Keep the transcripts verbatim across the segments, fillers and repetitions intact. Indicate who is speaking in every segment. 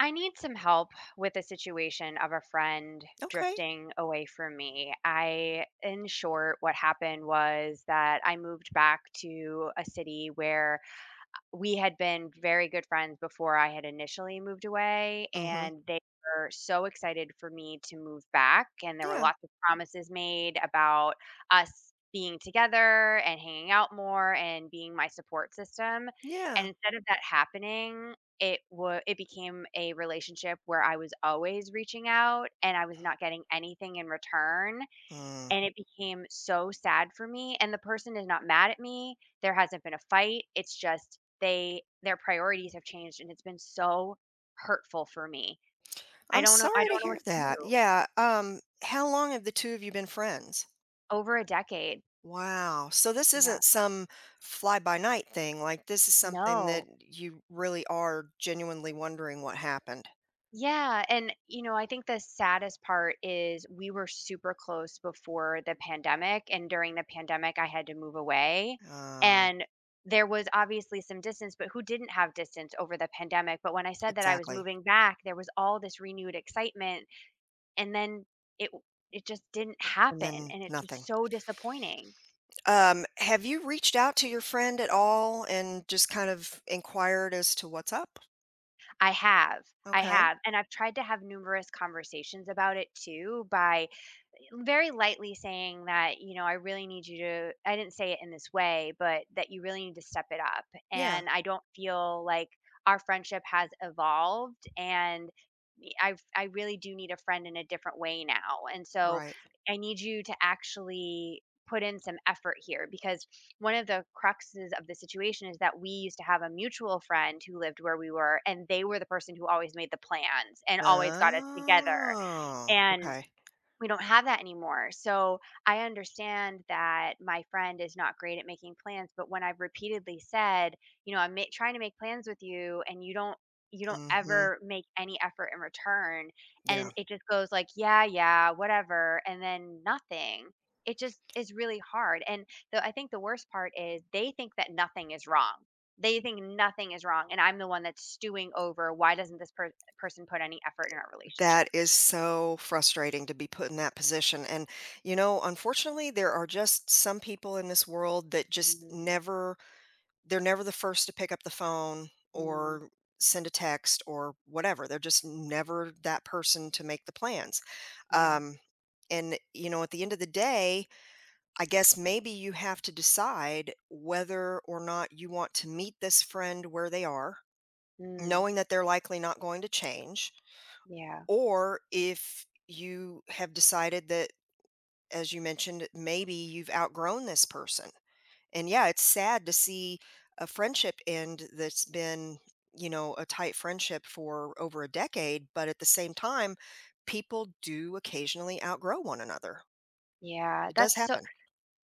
Speaker 1: I need some help with the situation of a friend
Speaker 2: Okay.
Speaker 1: drifting away from me. I, in short, what happened was that I moved back to a city where we had been very good friends before I had initially moved away,
Speaker 2: Mhm.
Speaker 1: and they were so excited for me to move back. And there were
Speaker 2: Yeah.
Speaker 1: lots of promises made about us being together and hanging out more and being my support system. And
Speaker 2: Yeah.
Speaker 1: instead of that happening, it was it became a relationship where I was always reaching out and I was not getting anything in return.
Speaker 2: Mm.
Speaker 1: And it became so sad for me, and the person is not mad at me, there hasn't been a fight, it's just they their priorities have changed, and it's been so hurtful for me. I
Speaker 2: I'm
Speaker 1: don't know I
Speaker 2: sorry to
Speaker 1: don't know
Speaker 2: hear
Speaker 1: what to
Speaker 2: that.
Speaker 1: do.
Speaker 2: Yeah. Um, how long have the two of you been friends?
Speaker 1: Over a decade.
Speaker 2: Wow. So this
Speaker 1: Yeah.
Speaker 2: isn't some fly by night thing. Like this is something that
Speaker 1: No.
Speaker 2: you really are genuinely wondering what happened.
Speaker 1: Yeah, and you know, I think the saddest part is we were super close before the pandemic, and during the pandemic I had to move away.
Speaker 2: Oh,
Speaker 1: And there was obviously some distance, but who didn't have distance over the pandemic? But when I said that I was
Speaker 2: exactly.
Speaker 1: moving back, there was all this renewed excitement, and then it it just didn't
Speaker 2: And
Speaker 1: happen,
Speaker 2: then
Speaker 1: and it's just
Speaker 2: nothing.
Speaker 1: so disappointing.
Speaker 2: Um, have you reached out to your friend at all and just kind of inquired as to what's up?
Speaker 1: I have, I
Speaker 2: Okay.
Speaker 1: have, and I've tried to have numerous conversations about it too by very lightly saying that, you know, I really need you to, I didn't say it in this way, but that you really need to step it up.
Speaker 2: Yeah.
Speaker 1: And I don't feel like our friendship has evolved and I I really do need a friend in a different way now. And so
Speaker 2: Right.
Speaker 1: I need you to actually put in some effort here because one of the cruxes of the situation is that we used to have a mutual friend who lived where we were and they were the person who always made the plans and always got us together.
Speaker 2: Oh,
Speaker 1: And
Speaker 2: okay.
Speaker 1: we don't have that anymore. So I understand that my friend is not great at making plans, but when I've repeatedly said, you know, I'm ma- trying to make plans with you and you don't you don't
Speaker 2: Hmm.
Speaker 1: ever make any effort in return and
Speaker 2: Yeah,
Speaker 1: it just goes like, yeah, yeah, whatever, and then nothing. It just is really hard. And the, I think the worst part is they think that nothing is wrong. They think nothing is wrong and I'm the one that's stewing over why doesn't this per- person put any effort in our relationship?
Speaker 2: that is so frustrating to be put in that position. And, you know, unfortunately, there are just some people in this world that just
Speaker 1: Mm.
Speaker 2: never, they're never the first to pick up the phone
Speaker 1: Mm.
Speaker 2: or send a text or whatever. They're just never that person to make the plans.
Speaker 1: Yeah.
Speaker 2: Um, and, you know, at the end of the day, I guess maybe you have to decide whether or not you want to meet this friend where they are,
Speaker 1: Mm.
Speaker 2: knowing that they're likely not going to change,
Speaker 1: Yeah,
Speaker 2: or if you have decided that, as you mentioned, maybe you've outgrown this person. And yeah, it's sad to see a friendship end that's been, you know, a tight friendship for over a decade. But at the same time, people do occasionally outgrow one another.
Speaker 1: yeah,
Speaker 2: It does
Speaker 1: that's so
Speaker 2: happen.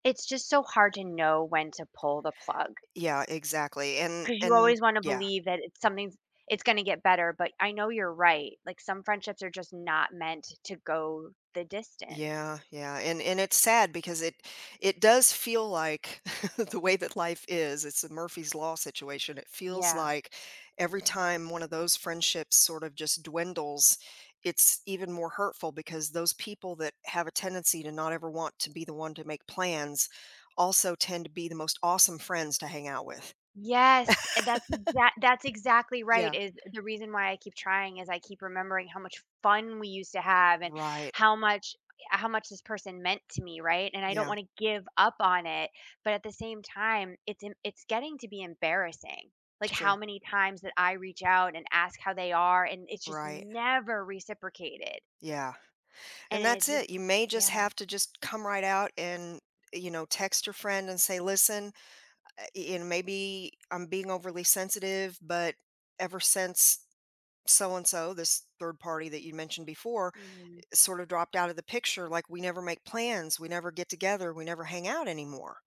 Speaker 1: it's just so hard to know when to pull the plug
Speaker 2: Yeah, exactly. And,
Speaker 1: because you
Speaker 2: and,
Speaker 1: always wanna
Speaker 2: yeah.
Speaker 1: believe that it's something's it's gonna get better, but I know you're right, like, some friendships are just not meant to go the distance.
Speaker 2: Yeah, yeah, and and it's sad because it it does feel like the way that life is, it's a Murphy's Law situation. It feels
Speaker 1: Yeah.
Speaker 2: like every time one of those friendships sort of just dwindles, it's even more hurtful because those people that have a tendency to not ever want to be the one to make plans also tend to be the most awesome friends to hang out with.
Speaker 1: Yes, and that's exact that's exactly right,
Speaker 2: Yeah,
Speaker 1: is the reason why I keep trying is I keep remembering how much fun we used to have and
Speaker 2: right.
Speaker 1: how much how much this person meant to me, right? And I don't
Speaker 2: Yeah,
Speaker 1: wanna give up on it, but at the same time, it's em it's getting to be embarrassing, like, how
Speaker 2: sure.
Speaker 1: many times that I reach out and ask how they are, and it's just
Speaker 2: Right.
Speaker 1: never reciprocated,
Speaker 2: Yeah. And
Speaker 1: and it
Speaker 2: that's
Speaker 1: just
Speaker 2: it. You may just
Speaker 1: yeah.
Speaker 2: have to just come right out and, you know, text your friend and say, listen, uh, you know, maybe I'm being overly sensitive, but ever since so and so, this third party that you mentioned before,
Speaker 1: Mhm.
Speaker 2: sort of dropped out of the picture, like we never make plans, we never get together, we never hang out anymore,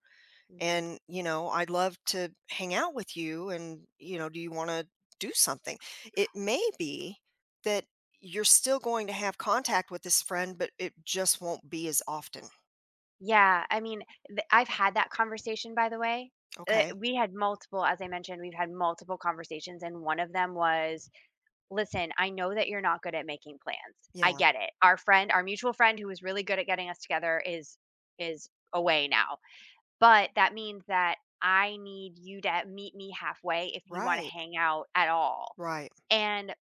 Speaker 1: Mhm.
Speaker 2: and you know, I'd love to hang out with you. And you know, do you want to do something? It may be that you're still going to have contact with this friend, but it just won't be as often.
Speaker 1: Yeah, I mean, th I've had that conversation, by the way. Uh,
Speaker 2: Okay.
Speaker 1: we had multiple As I mentioned, we've had multiple conversations, and one of them was, "Listen, I know that you're not good at making plans. I
Speaker 2: Yeah,
Speaker 1: get it. Our friend our mutual friend who was really good at getting us together is is away now, but that means that I need you to meet me halfway if you wanna
Speaker 2: right,
Speaker 1: hang out at all."
Speaker 2: right.
Speaker 1: And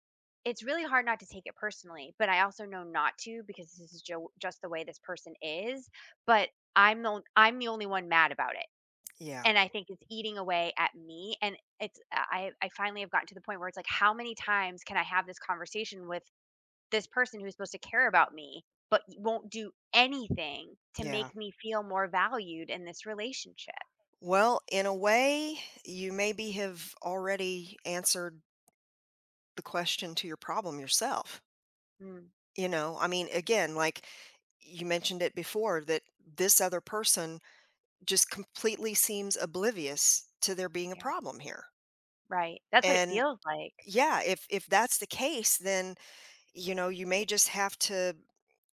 Speaker 1: it's really hard not to take it personally, but I also know not to because this is jo- just the way this person is, but I'm the on- I'm the only one mad about it.
Speaker 2: Yeah,
Speaker 1: And I think it's eating away at me and it's uh, I I finally have gotten to the point where it's like how many times can I have this conversation with this person who's supposed to care about me but won't do anything to
Speaker 2: yeah,
Speaker 1: make me feel more valued in this relationship.
Speaker 2: well, in a way, you maybe have already answered the question to your problem yourself.
Speaker 1: Mm,
Speaker 2: You know, I mean, again, like you mentioned it before, that this other person just completely seems oblivious to there being a
Speaker 1: yeah,
Speaker 2: problem here.
Speaker 1: right. That's what it
Speaker 2: And
Speaker 1: feels like.
Speaker 2: yeah, if if that's the case, then you know, you may just have to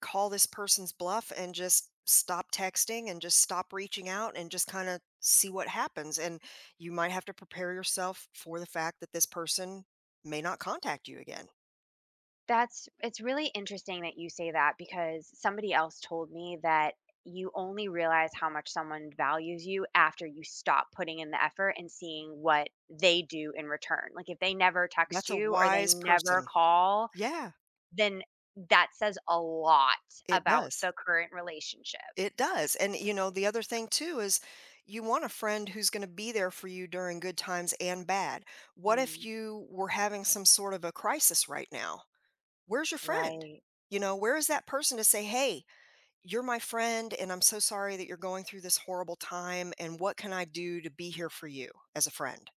Speaker 2: call this person's bluff and just stop texting and just stop reaching out and just kind of see what happens, and you might have to prepare yourself for the fact that this person may not contact you again.
Speaker 1: That's It's really interesting that you say that because somebody else told me that you only realize how much someone values you after you stop putting in the effort and seeing what they do in return. Like if they never text
Speaker 2: That's a
Speaker 1: you or they
Speaker 2: wise
Speaker 1: never
Speaker 2: person.
Speaker 1: call,
Speaker 2: Yeah,
Speaker 1: then that says a lot
Speaker 2: it
Speaker 1: about
Speaker 2: does.
Speaker 1: the current relationship.
Speaker 2: It does, and, you know, the other thing too is you want a friend who's gonna be there for you during good times and bad. What if
Speaker 1: Mm,
Speaker 2: you were having some sort of a crisis right now? Where's your friend?
Speaker 1: right.
Speaker 2: You know, where is that person to say, "Hey, you're my friend, and I'm so sorry that you're going through this horrible time, and what can I do to be here for you as a friend?"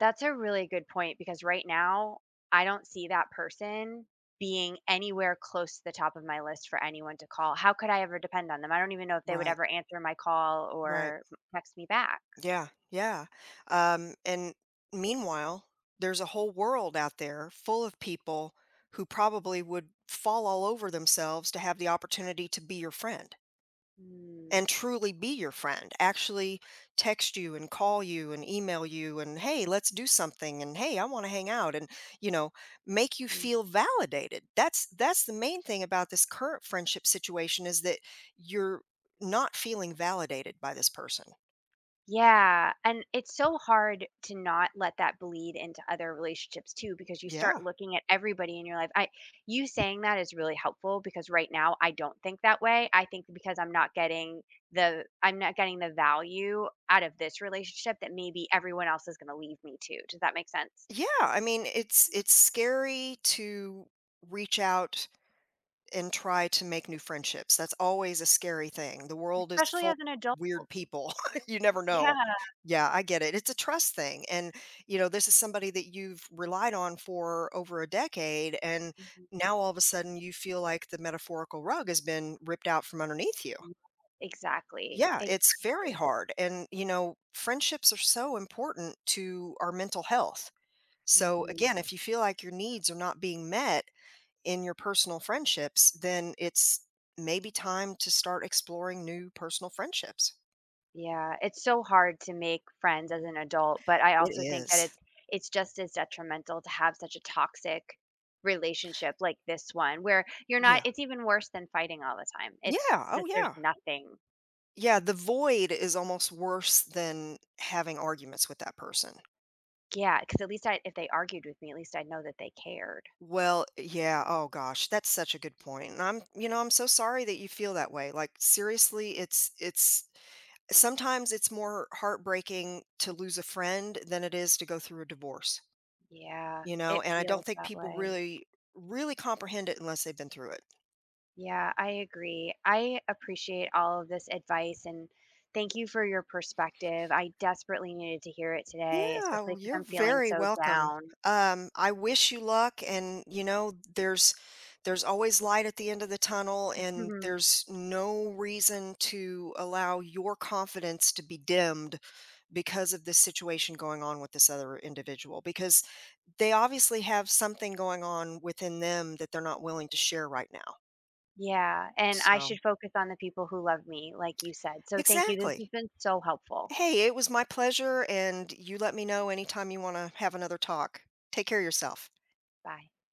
Speaker 1: That's a really good point because right now, I don't see that person being anywhere close to the top of my list for anyone to call. How could I ever depend on them? I don't even know if they would
Speaker 2: Right,
Speaker 1: ever answer my call
Speaker 2: right.
Speaker 1: or text me back.
Speaker 2: Yeah, yeah. Um, and Meanwhile, there's a whole world out there full of people who probably would fall all over themselves to have the opportunity to be your friend
Speaker 1: Mm.
Speaker 2: and truly be your friend, actually text you and call you and email you, and hey, let's do something. And hey, I want to hang out and, you know, make you feel validated. That's, that's the main thing about this current friendship situation, is that you're not feeling validated by this person.
Speaker 1: Yeah, and it's so hard to not let that bleed into other relationships too because you
Speaker 2: Yeah.
Speaker 1: start looking at everybody in your life. I You saying that is really helpful because right now I don't think that way. I think because I'm not getting the I'm not getting the value out of this relationship that maybe everyone else is going to leave me to. Does that make sense?
Speaker 2: Yeah, I mean, it's it's scary to reach out and try to make new friendships. That's always a scary thing. The world is
Speaker 1: Especially
Speaker 2: full
Speaker 1: as an adult.
Speaker 2: of weird people. You never know.
Speaker 1: Yeah.
Speaker 2: Yeah, I get it. It's a trust thing. And you know, this is somebody that you've relied on for over a decade, and
Speaker 1: Mhm.
Speaker 2: now all of a sudden you feel like the metaphorical rug has been ripped out from underneath you.
Speaker 1: Exactly.
Speaker 2: Yeah, it's very
Speaker 1: Exactly.
Speaker 2: hard. And you know, friendships are so important to our mental health, so
Speaker 1: Mhm.
Speaker 2: again, if you feel like your needs are not being met in your personal friendships, then it's maybe time to start exploring new personal friendships.
Speaker 1: Yeah, it's so hard to make friends as an adult, but I
Speaker 2: It
Speaker 1: also think that it's
Speaker 2: is.
Speaker 1: it's just as detrimental to have such a toxic relationship like this one where you're not
Speaker 2: Yeah.
Speaker 1: it's even worse than fighting all the time.
Speaker 2: Yeah.
Speaker 1: It's
Speaker 2: Oh,
Speaker 1: just there's
Speaker 2: yeah.
Speaker 1: nothing.
Speaker 2: Yeah. The void is almost worse than having arguments with that person.
Speaker 1: Yeah, because at least I if they argued with me, at least I know that they cared.
Speaker 2: Well, yeah. Oh, gosh. That's such a good point. And I'm, you know, I'm so sorry that you feel that way. Like, seriously, it's, it's, sometimes it's more heartbreaking to lose a friend than it is to go through a divorce.
Speaker 1: Yeah,
Speaker 2: You know,
Speaker 1: it
Speaker 2: and I
Speaker 1: feels
Speaker 2: don't think
Speaker 1: that
Speaker 2: people
Speaker 1: way.
Speaker 2: really, really comprehend it unless they've been through it.
Speaker 1: Yeah, I agree. I appreciate all of this advice and thank you for your perspective. I desperately needed to hear it today,
Speaker 2: Yeah,
Speaker 1: especially
Speaker 2: well,
Speaker 1: because
Speaker 2: you're
Speaker 1: I'm feeling
Speaker 2: very
Speaker 1: so
Speaker 2: welcome.
Speaker 1: down.
Speaker 2: Um, I wish you luck, and you know, there's there's always light at the end of the tunnel, and there's no reason to allow your confidence to be dimmed because of this situation going on with this other individual, because they obviously have something going on within them that they're not willing to share right now.
Speaker 1: Yeah, and I
Speaker 2: So,
Speaker 1: should focus on the people who love me, like you said. So thank you. This
Speaker 2: exactly.
Speaker 1: has been so helpful.
Speaker 2: Hey, it was my pleasure, and you let me know anytime you want to have another talk. Take care of yourself.
Speaker 1: Bye.